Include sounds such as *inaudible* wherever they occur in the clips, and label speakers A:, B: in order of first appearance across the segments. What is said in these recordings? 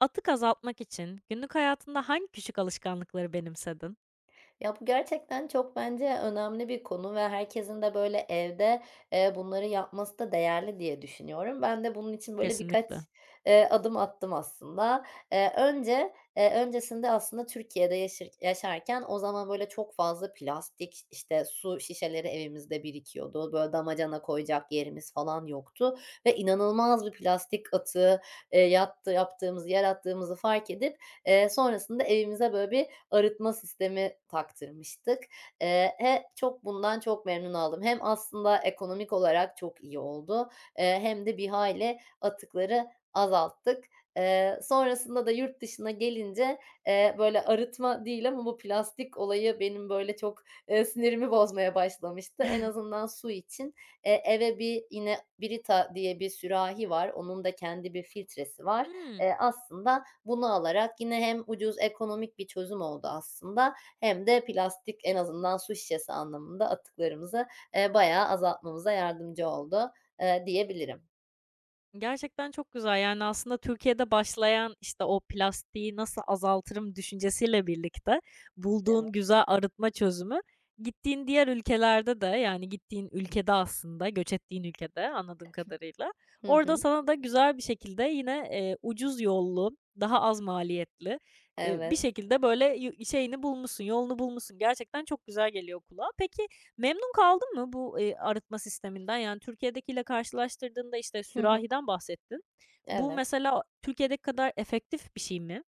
A: Atık azaltmak için günlük hayatında hangi küçük alışkanlıkları benimsedin?
B: Ya, bu gerçekten çok bence önemli bir konu ve herkesin de böyle evde, bunları yapması da değerli diye düşünüyorum. Ben de bunun için böyle birkaç,
A: Kesinlikle.
B: adım attım aslında. Öncesinde aslında Türkiye'de yaşarken o zaman böyle çok fazla plastik, işte, su şişeleri evimizde birikiyordu. Böyle damacana koyacak yerimiz falan yoktu ve inanılmaz bir plastik atığı, yattı yaptığımızı, yarattığımızı fark edip, sonrasında evimize böyle bir arıtma sistemi taktırmıştık. He çok Bundan çok memnun oldum. Hem aslında ekonomik olarak çok iyi oldu, hem de bir hayli atıkları azalttık. Sonrasında da yurt dışına gelince, böyle arıtma değil ama bu plastik olayı benim böyle çok, sinirimi bozmaya başlamıştı. En
A: *laughs*
B: azından su için, eve bir yine Brita diye bir sürahi var. Onun da kendi bir filtresi var.
A: Hıı.
B: Aslında bunu alarak yine hem ucuz ekonomik bir çözüm oldu aslında hem de plastik en azından su şişesi anlamında atıklarımızı, bayağı azaltmamıza yardımcı oldu, diyebilirim.
A: Gerçekten çok güzel. Yani, aslında Türkiye'de başlayan, işte, o plastiği nasıl azaltırım düşüncesiyle birlikte
B: Evet.
A: bulduğun güzel arıtma çözümü gittiğin diğer ülkelerde de, yani, gittiğin ülkede aslında, göç ettiğin ülkede anladığım kadarıyla,
B: Hı
A: orada
B: hı.
A: sana da güzel bir şekilde yine, ucuz yollu, daha az maliyetli, bir
B: Evet.
A: şekilde böyle, yü şeyini bulmuşsun, yolunu bulmuşsun. Gerçekten çok güzel geliyor kulağa. Peki, memnun kaldın mı bu, arıtma sisteminden? Yani Türkiye'dekiyle karşılaştırdığında, işte,
B: Hı hı.
A: sürahiden bahsettin. Bu
B: Evet.
A: mesela Türkiye'deki kadar efektif bir şey mi?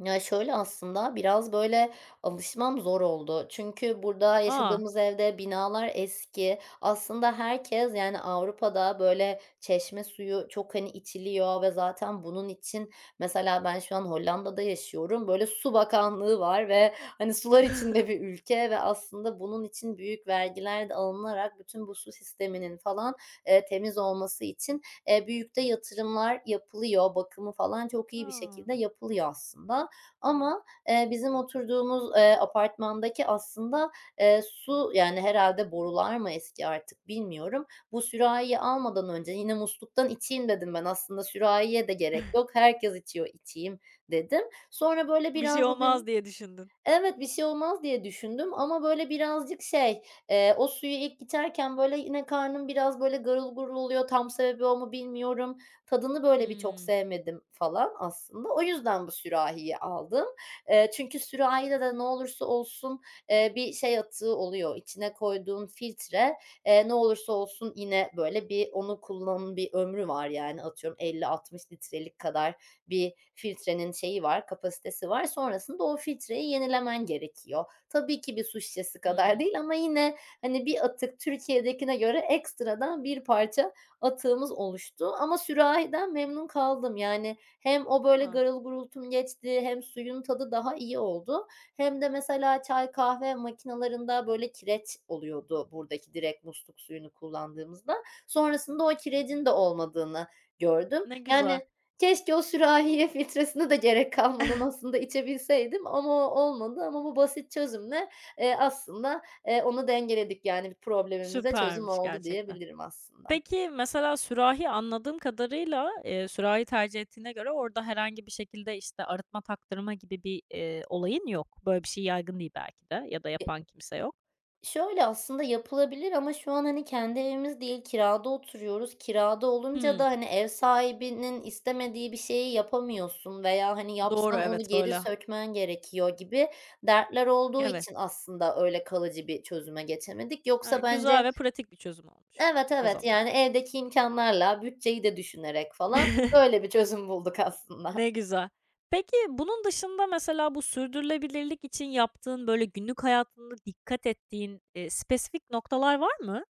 B: Ya, şöyle aslında biraz, böyle, alışmam zor oldu. Çünkü burada
A: Aa.
B: yaşadığımız evde binalar eski. Aslında herkes, yani, Avrupa'da, böyle, çeşme suyu çok, hani, içiliyor ve zaten bunun için mesela ben şu an Hollanda'da yaşıyorum. Böyle, su bakanlığı var ve, hani, sular içinde bir ülke ve aslında bunun için büyük vergiler de alınarak bütün bu su sisteminin falan, temiz olması için, büyük de yatırımlar yapılıyor. Bakımı falan çok iyi bir
A: A!
B: şekilde yapılıyor aslında. Ama, bizim oturduğumuz, apartmandaki aslında, su yani herhalde borular mı eski artık bilmiyorum. Bu sürahiyi almadan önce yine musluktan içeyim dedim ben. Aslında sürahiye de gerek yok.
A: *laughs*
B: Herkes içiyor, içeyim dedim. Sonra böyle
A: Bir şey
B: biraz bu
A: olmaz
B: beni.
A: diye düşündün.
B: Evet, bir şey olmaz diye düşündüm ama, böyle, birazcık şey, o suyu ilk içerken, böyle, yine karnım biraz, böyle, garıl gurul oluyor. Tam sebebi o mu bilmiyorum. Tadını, böyle, bir çok
A: Hımm.
B: sevmedim falan aslında. O yüzden bu sürahiyi aldım. Çünkü sürahide de ne olursa olsun, bir şey atığı oluyor. İçine koyduğun filtre, ne olursa olsun yine, böyle, bir onu kullanın bir ömrü var, yani atıyorum 50-60 litrelik kadar bir filtrenin şeyi var, kapasitesi var. Sonrasında o filtreyi yenilemen gerekiyor. Tabii ki bir su şişesi kadar
A: Hımm.
B: değil ama yine, hani, bir atık Türkiye'dekine göre ekstradan bir parça atığımız oluştu ama sürahiden memnun kaldım. Yani hem o, böyle,
A: A!
B: garıl gurultum geçti hem suyun tadı daha iyi oldu hem de mesela çay kahve makinalarında, böyle, kireç oluyordu buradaki direkt musluk suyunu kullandığımızda. Sonrasında o kirecin de olmadığını gördüm.
A: Ne güzel.
B: Yani, keşke o sürahiye filtresine de gerek kalmadan
A: *laughs*
B: aslında içebilseydim ama o olmadı ama bu basit çözümle, aslında, onu dengeledik, yani, problemimize çözüm
A: Süpermiş
B: oldu
A: gerçekten.
B: diyebilirim aslında.
A: Peki, mesela sürahi anladığım kadarıyla, sürahi tercih ettiğine göre orada herhangi bir şekilde, işte, arıtma taktırma gibi bir, olayın yok. Böyle bir şey yaygın değil belki de ya da
B: E,
A: yapan kimse yok.
B: Şöyle aslında yapılabilir ama şu an, hani, kendi evimiz değil, kirada oturuyoruz. Kirada olunca
A: Hımm.
B: da, hani, ev sahibinin istemediği bir şeyi yapamıyorsun veya, hani,
A: Doğru,
B: yapsan
A: evet,
B: onu geri
A: böyle
B: sökmen gerekiyor gibi dertler olduğu
A: evet.
B: için aslında öyle kalıcı bir çözüme geçemedik.
A: Ha,
B: Yoksa bence.
A: güzel ve pratik bir çözüm olmuş
B: Evet,
A: o
B: evet,
A: zaman.
B: yani evdeki imkânlarla bütçeyi de düşünerek falan
A: *laughs*
B: böyle bir çözüm bulduk aslında.
A: Ne güzel. Peki, bunun dışında mesela bu sürdürülebilirlik için yaptığın, böyle, günlük hayatında dikkat ettiğin, spesifik noktalar var mı?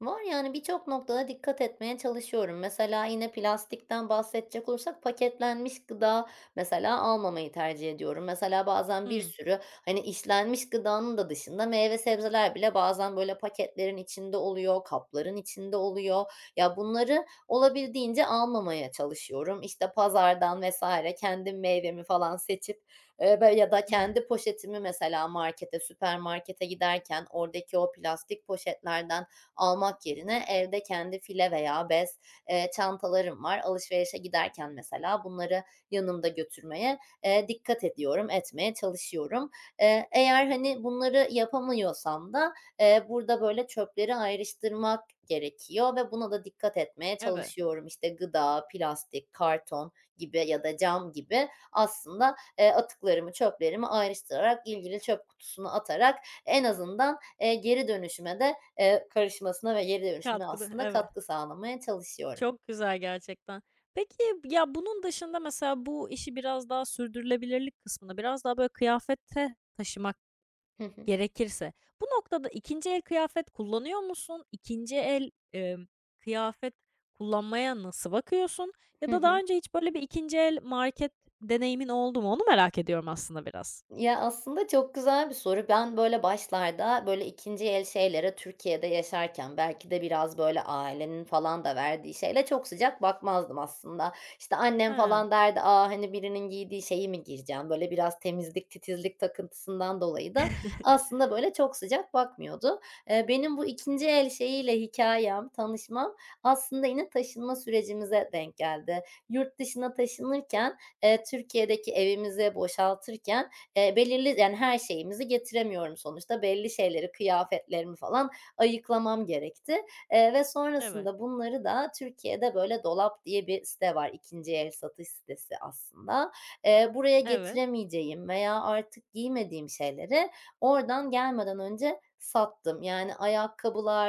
B: Var, yani, birçok noktada dikkat etmeye çalışıyorum. Mesela yine plastikten bahsedecek olursak paketlenmiş gıda mesela almamayı tercih ediyorum. Mesela bazen bir
A: Hımm.
B: sürü, hani, işlenmiş gıdanın da dışında meyve sebzeler bile bazen, böyle, paketlerin içinde oluyor, kapların içinde oluyor. Ya, bunları olabildiğince almamaya çalışıyorum. İşte, pazardan vesaire kendim meyvemi falan seçip, böyle, ya da kendi poşetimi mesela markete, süpermarkete giderken oradaki o plastik poşetlerden almak yerine evde kendi file veya bez, çantalarım var. Alışverişe giderken mesela bunları yanımda götürmeye, dikkat ediyorum, etmeye çalışıyorum. Eğer, hani, bunları yapamıyorsam da, burada, böyle, çöpleri ayrıştırmak gerekiyor ve buna da dikkat etmeye
A: Evet,
B: çalışıyorum. İşte, gıda, plastik, karton gibi ya da cam gibi aslında, atıklarımı, çöplerimi ayrıştırarak ilgili çöp kutusuna atarak en azından, geri dönüşüme de. Karışmasına ve geri dönüşümüne
A: katkıda
B: aslında
A: evet.
B: katkı sağlamaya çalışıyorum.
A: Çok güzel gerçekten. Peki, ya, bunun dışında mesela bu işi biraz daha sürdürülebilirlik kısmına biraz daha, böyle, kıyafete taşımak
B: Hı hı.
A: gerekirse. Bu noktada ikinci el kıyafet kullanıyor musun? İkinci el, kıyafet kullanmaya nasıl bakıyorsun? Ya
B: Hı
A: da daha
B: hı.
A: önce hiç böyle bir ikinci el market deneyimin oldu mu? Onu merak ediyorum aslında biraz.
B: Ya, aslında çok güzel bir soru. Ben, böyle, başlarda, böyle, ikinci el şeylere Türkiye'de yaşarken belki de biraz, böyle, ailenin falan da verdiği şeyle çok sıcak bakmazdım aslında. İşte, annem
A: He.
B: falan derdi, "A, hani, birinin giydiği şeyi mi giyeceğim?" Böyle, biraz temizlik, titizlik takıntısından dolayı da
A: *laughs*
B: aslında, böyle, çok sıcak bakmıyordu. Benim bu ikinci el şeyiyle hikayem, tanışmam aslında yine taşınma sürecimize denk geldi. Yurt dışına taşınırken, Türkiye'deki evimizi boşaltırken. Belirli yani her şeyimizi getiremiyorum sonuçta. Belli şeyleri, kıyafetlerimi falan ayıklamam gerekti, ve
A: Evet,
B: sonrasında bunları da Türkiye'de böyle Dolap diye bir site var, ikinci el satış sitesi aslında. Buraya
A: evet.
B: getiremeyeceğim veya artık giymediğim şeyleri oradan gelmeden önce sattım. Yani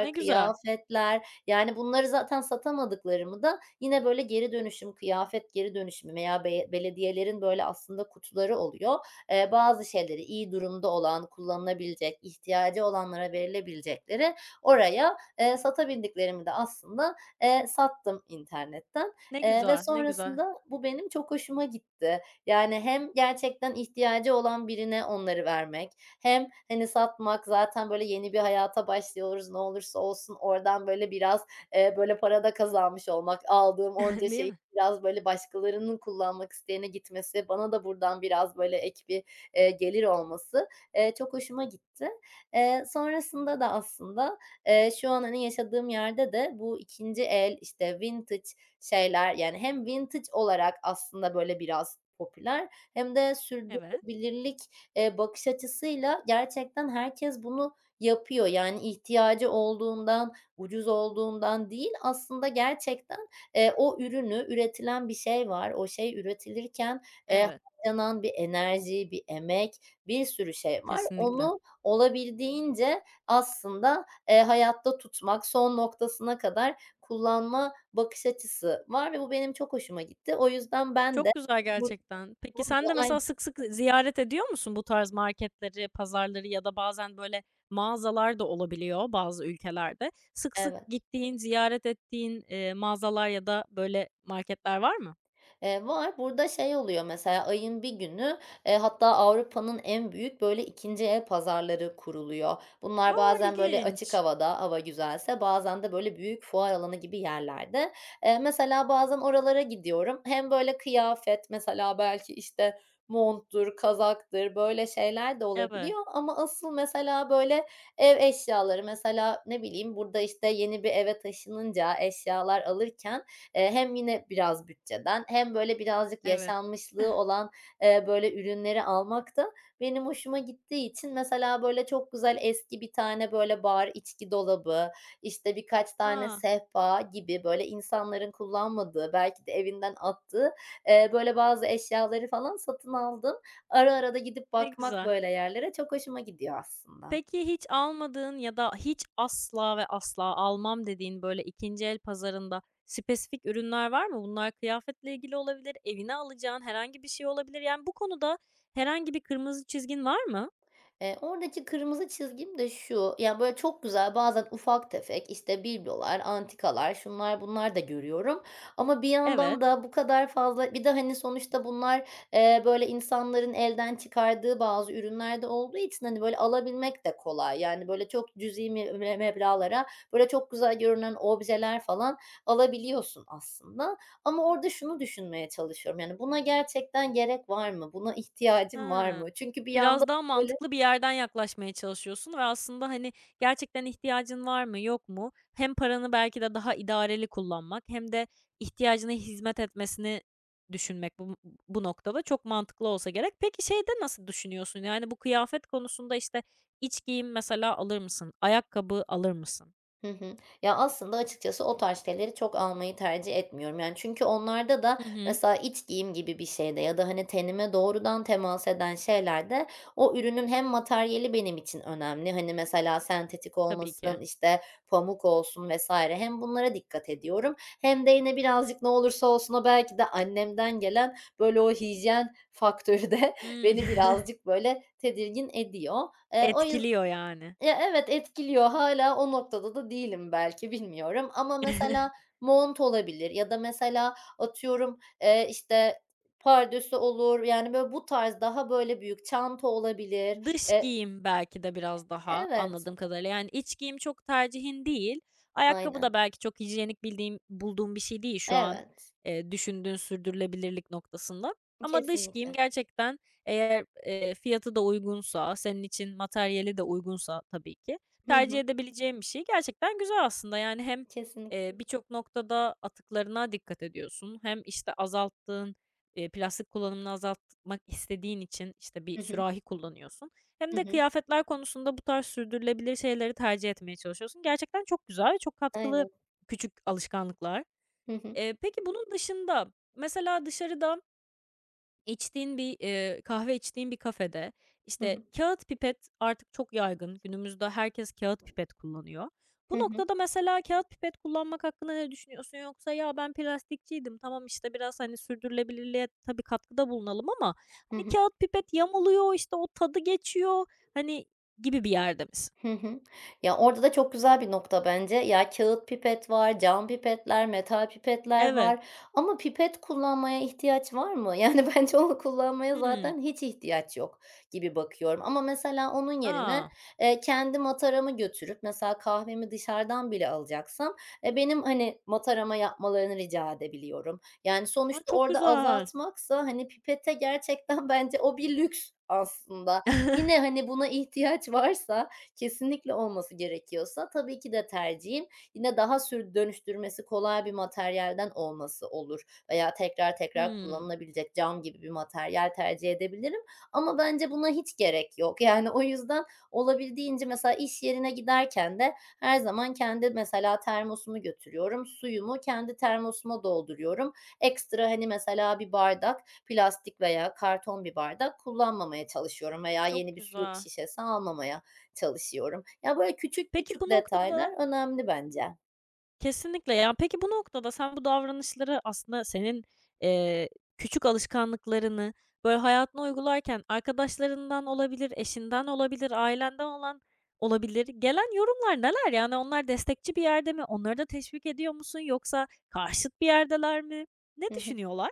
A: Ne güzel,
B: kıyafetler, yani bunları zaten satamadıklarımı da yine böyle geri dönüşüm, kıyafet geri dönüşümü veya belediyelerin böyle aslında kutuları oluyor, bazı şeyleri iyi durumda olan, kullanılabilecek, ihtiyacı olanlara verilebilecekleri oraya, satabildiklerimi de aslında, sattım internetten,
A: ne
B: ve
A: güzel, ne güzel.
B: sonrasında bu benim çok hoşuma gitti. Yani hem gerçekten ihtiyacı olan birine onları vermek hem, hani, satmak zaten böyle yeni bir hayata başlıyoruz, ne olursa olsun oradan böyle biraz, böyle para da kazanmış olmak, aldığım onca
A: *laughs* Değil
B: şeyi
A: mi?
B: biraz böyle başkalarının kullanmak isteyene gitmesi, bana da buradan biraz böyle ek bir gelir olması, çok hoşuma gitti. Sonrasında da aslında, şu an, hani, yaşadığım yerde de bu ikinci el, işte, vintage şeyler, yani, hem vintage olarak aslında, böyle, biraz popüler hem de
A: Evet,
B: sürdürülebilirlik, bakış açısıyla gerçekten herkes bunu yapıyor. Yani, ihtiyacı olduğundan, ucuz olduğundan değil, aslında gerçekten, o ürünü, üretilen bir şey var, o şey üretilirken, eee,
A: evet.
B: yanan bir enerji, bir emek, bir sürü şey var.
A: Kesinlikle.
B: Onu olabildiğince aslında, hayatta tutmak, son noktasına kadar kullanma bakış açısı var ve bu benim çok hoşuma gitti. O yüzden ben de
A: Çok güzel
B: bur
A: gerçekten. Peki sen
B: burada.
A: de
B: Aynen,
A: mesela sık sık ziyaret ediyor musun bu tarz marketleri, pazarları ya da bazen böyle mağazalar da olabiliyor bazı ülkelerde. Sık sık
B: evet.
A: gittiğin, ziyaret ettiğin, mağazalar ya da böyle marketler var mı?
B: Var. Burada şey oluyor mesela ayın bir günü, hatta Avrupa'nın en büyük böyle ikinci el pazarları kuruluyor. Bunlar
A: A!
B: bazen böyle açık
A: İlginç.
B: havada, hava güzelse, bazen de böyle büyük fuar alanı gibi yerlerde. Mesela bazen oralara gidiyorum. Hem böyle kıyafet mesela belki işte monttur, kazaktır böyle şeyler de
A: Evet,
B: olabiliyor ama asıl mesela böyle ev eşyaları mesela ne bileyim burada işte yeni bir eve taşınınca eşyalar alırken. Hem yine biraz bütçeden hem böyle birazcık
A: evet.
B: yaşanmışlığı
A: *laughs*
B: olan, böyle ürünleri almak da benim hoşuma gittiği için mesela böyle çok güzel eski bir tane böyle bar içki dolabı, işte, birkaç tane
A: A!
B: sehpa gibi böyle insanların kullanmadığı, belki de evinden attığı, böyle bazı eşyaları falan satın aldım. Ara ara da gidip
A: Ne
B: bakmak
A: güzel.
B: böyle yerlere çok hoşuma gidiyor aslında.
A: Peki hiç almadığın ya da hiç asla ve asla almam dediğin, böyle, ikinci el pazarında spesifik ürünler var mı? Bunlar kıyafetle ilgili olabilir, evine alacağın herhangi bir şey olabilir. Yani, bu konuda herhangi bir kırmızı çizgin var mı?
B: Oradaki kırmızı çizgim de şu, yani böyle, çok güzel bazen ufak tefek, işte, biblolar, antikalar, şunlar bunlar da görüyorum ama bir yandan
A: Evet.
B: da bu kadar fazla bir de, hani, sonuçta bunlar, böyle, insanların elden çıkardığı bazı ürünler de olduğu için, hani, böyle, alabilmek de kolay. Yani, böyle, çok cüzi me me meblağlara, böyle, çok güzel görünen objeler falan alabiliyorsun aslında ama orada şunu düşünmeye çalışıyorum, yani, buna gerçekten gerek var mı? Buna *laughs* ihtiyacım var
A: He.
B: mı? Çünkü bir yandan
A: Biraz daha
B: böyle.
A: mantıklı bir yerden yaklaşmaya çalışıyorsun ve aslında, hani, gerçekten ihtiyacın var mı, yok mu? Hem paranı belki de daha idareli kullanmak hem de ihtiyacına hizmet etmesini düşünmek bu bu noktada çok mantıklı olsa gerek. Peki şeyde nasıl düşünüyorsun? Yani bu kıyafet konusunda, işte, iç giyim mesela alır mısın? Ayakkabı alır mısın?
B: Hı hı. Ya, aslında açıkçası o tarz şeyleri çok almayı tercih etmiyorum. Yani, çünkü onlarda da
A: Hı hı.
B: mesela iç giyim gibi bir şeyde ya da, hani, tenime doğrudan temas eden şeylerde o ürünün hem materyali benim için önemli, hani, mesela sentetik
A: Tabii ki.
B: olmasın, işte, pamuk olsun vesaire hem bunlara dikkat ediyorum hem de yine birazcık ne olursa olsun o belki de annemden gelen, böyle, o hijyen faktörü de *laughs*
A: Hımm.
B: beni
A: *laughs*
B: birazcık, böyle, tedirgin ediyor. O
A: Etkiliyor yani.
B: Ya, evet, etkiliyor. Hala o noktada da değilim belki, bilmiyorum ama mesela
A: *laughs*
B: mont olabilir ya da mesela atıyorum, işte, pardösü olur, yani, böyle, bu tarz daha, böyle, büyük çanta olabilir.
A: Dış
B: Eee
A: giyim belki de biraz daha
B: Evet,
A: anladığım kadarıyla. Yani, iç giyim çok tercihin değil. Ayakkabı
B: aynen.
A: da belki çok hijyenik bildiğim bulduğum bir şey değil şu an,
B: Evet,
A: düşündüğün sürdürülebilirlik noktasında. Ama dış giyim
B: kesinlikle.
A: gerçekten eğer, fiyatı da uygunsa, senin için materyali de uygunsa tabii ki
B: Hı
A: tercih
B: hı,
A: edebileceğim bir şey. Gerçekten güzel aslında. Yani, hem,
B: kesinlikle.
A: birçok noktada atıklarına dikkat ediyorsun hem, işte, azalttığın, plastik kullanımını azalt mak istediğin için, işte, bir
B: Hı hı,
A: sürahi kullanıyorsun hem
B: hı
A: de
B: hı.
A: kıyafetler konusunda bu tarz sürdürülebilir şeyleri tercih etmeye çalışıyorsun. Gerçekten çok güzel, ve çok katkılı
B: Aynen.
A: küçük alışkanlıklar.
B: Hı hı,
A: Peki bunun dışında mesela dışarıda İçtiğin bir, kahve içtiğin bir kafede,
B: hı
A: işte,
B: hı,
A: kağıt pipet artık çok yaygın. Günümüzde herkes kağıt pipet kullanıyor. Bu
B: hı hı,
A: noktada mesela kağıt pipet kullanmak hakkında ne düşünüyorsun? Yoksa "Ya, ben plastikçiydim. Tamam, işte, biraz, hani, sürdürülebilirliğe tabii katkıda bulunalım ama,
B: hı
A: hani,
B: hı.
A: kağıt pipet yamuluyor, işte, o tadı geçiyor." hani, gibi bir yerde misin?
B: Hı hı. Ya, orada da çok güzel bir nokta bence. Ya, kağıt pipet var, cam pipetler, metal pipetler
A: Evet.
B: var ama pipet kullanmaya ihtiyaç var mı? Yani, *laughs* bence onu kullanmaya
A: Hımm.
B: zaten hiç ihtiyaç yok gibi bakıyorum ama mesela onun yerine,
A: Aa.
B: kendi mataramı götürüp mesela kahvemi dışarıdan bile alacaksam, e, benim, hani, matarama yapmalarını rica edebiliyorum. Yani,
A: A,
B: sonuçta
A: çok
B: orada
A: güzel.
B: azaltmaksa, hani, pipete gerçekten *laughs* bence o bir lüks aslında. Yine,
A: *laughs*
B: hani, buna ihtiyaç varsa kesinlikle olması gerekiyorsa tabii ki de tercihim yine daha dönüştürmesi kolay bir materyalden olması olur veya tekrar tekrar
A: Hımm.
B: kullanılabilecek cam gibi bir materyal tercih edebilirim ama bence buna hiç gerek yok. *laughs* Yani, o yüzden olabildiğince mesela iş yerine giderken de her zaman kendi mesela termosumu götürüyorum. Suyumu kendi termosuma dolduruyorum. Ekstra, hani, mesela bir bardak, plastik veya karton bir bardak kullanmamaya çalışıyorum veya
A: Çok
B: yeni bir su
A: güzel.
B: şişesi almamaya. Çalışıyorum. Ya, böyle küçük
A: Peki bu
B: küçük
A: noktada
B: detaylar önemli bence.
A: kesinlikle. Ya, peki bu noktada sen bu davranışları aslında senin, eee, küçük alışkanlıklarını, böyle, hayatına uygularken arkadaşlarından olabilir, eşinden olabilir, ailenden olan olabilir. Gelen yorumlar neler? Yani onlar destekçi bir yerde mi? Onları da teşvik ediyor musun yoksa karşıt bir yerdeler mi? Ne
B: Hı hı.
A: düşünüyorlar?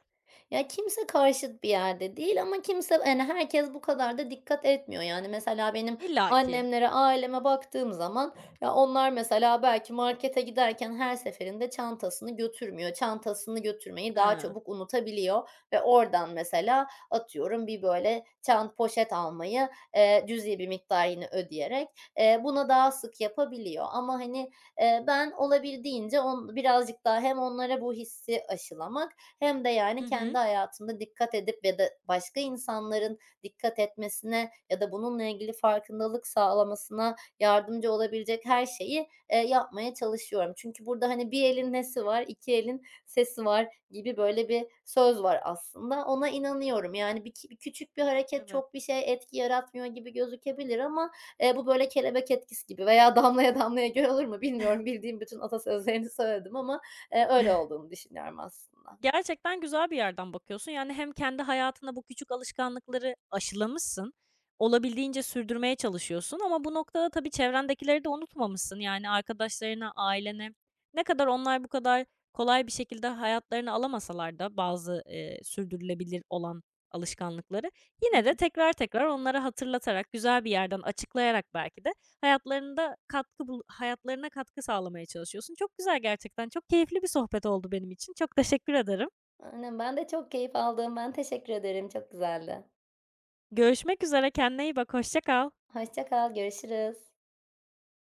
B: Ya, kimse karşıt bir yerde değil ama kimse, hani, herkes bu kadar da dikkat etmiyor. Yani, mesela benim
A: İllaki.
B: annemlere, aileme baktığım zaman, ya, onlar mesela belki markete giderken her seferinde çantasını götürmüyor. Çantasını götürmeyi daha
A: He.
B: çabuk unutabiliyor ve oradan mesela atıyorum bir böyle poşet almayı, cüzi bir miktar yine ödeyerek, bunu daha sık yapabiliyor ama, hani. Ben olabildiğince birazcık daha hem onlara bu hissi aşılamak hem de,
A: Hı
B: yani,
A: hı.
B: kendi hayatımda dikkat edip ya da başka insanların dikkat etmesine ya da bununla ilgili farkındalık sağlamasına yardımcı olabilecek her şeyi, yapmaya çalışıyorum. Çünkü burada, hani, bir elin nesi var, iki elin sesi var gibi böyle bir söz var aslında. Ona inanıyorum. Yani, bir küçük bir hareket
A: Evet.
B: çok bir şey etki yaratmıyor gibi gözükebilir ama. Bu böyle kelebek etkisi gibi veya *laughs* damlaya damlaya göl olur mu bilmiyorum. Bildiğim bütün atasözlerini söyledim ama, öyle olduğunu düşünüyorum aslında.
A: Gerçekten güzel bir yerden bakıyorsun. Yani hem kendi hayatında bu küçük alışkanlıkları aşılamışsın, olabildiğince sürdürmeye çalışıyorsun ama bu noktada tabii çevrendekileri de unutmamışsın. Yani arkadaşlarına, ailene ne kadar onlar bu kadar kolay bir şekilde hayatlarını alamasalar da bazı, sürdürülebilir olan alışkanlıkları
B: Hı
A: yine de
B: hı.
A: tekrar tekrar onlara hatırlatarak, güzel bir yerden açıklayarak belki de hayatlarında katkı bul hayatlarına katkı sağlamaya çalışıyorsun. Çok güzel gerçekten. Çok keyifli bir sohbet oldu benim için. Çok teşekkür ederim.
B: Aynen, ben de çok keyif aldım. Ben teşekkür ederim. Çok güzeldi.
A: Görüşmek üzere. Kendine iyi bak. Hoşça kal.
B: Hoşça kal, görüşürüz.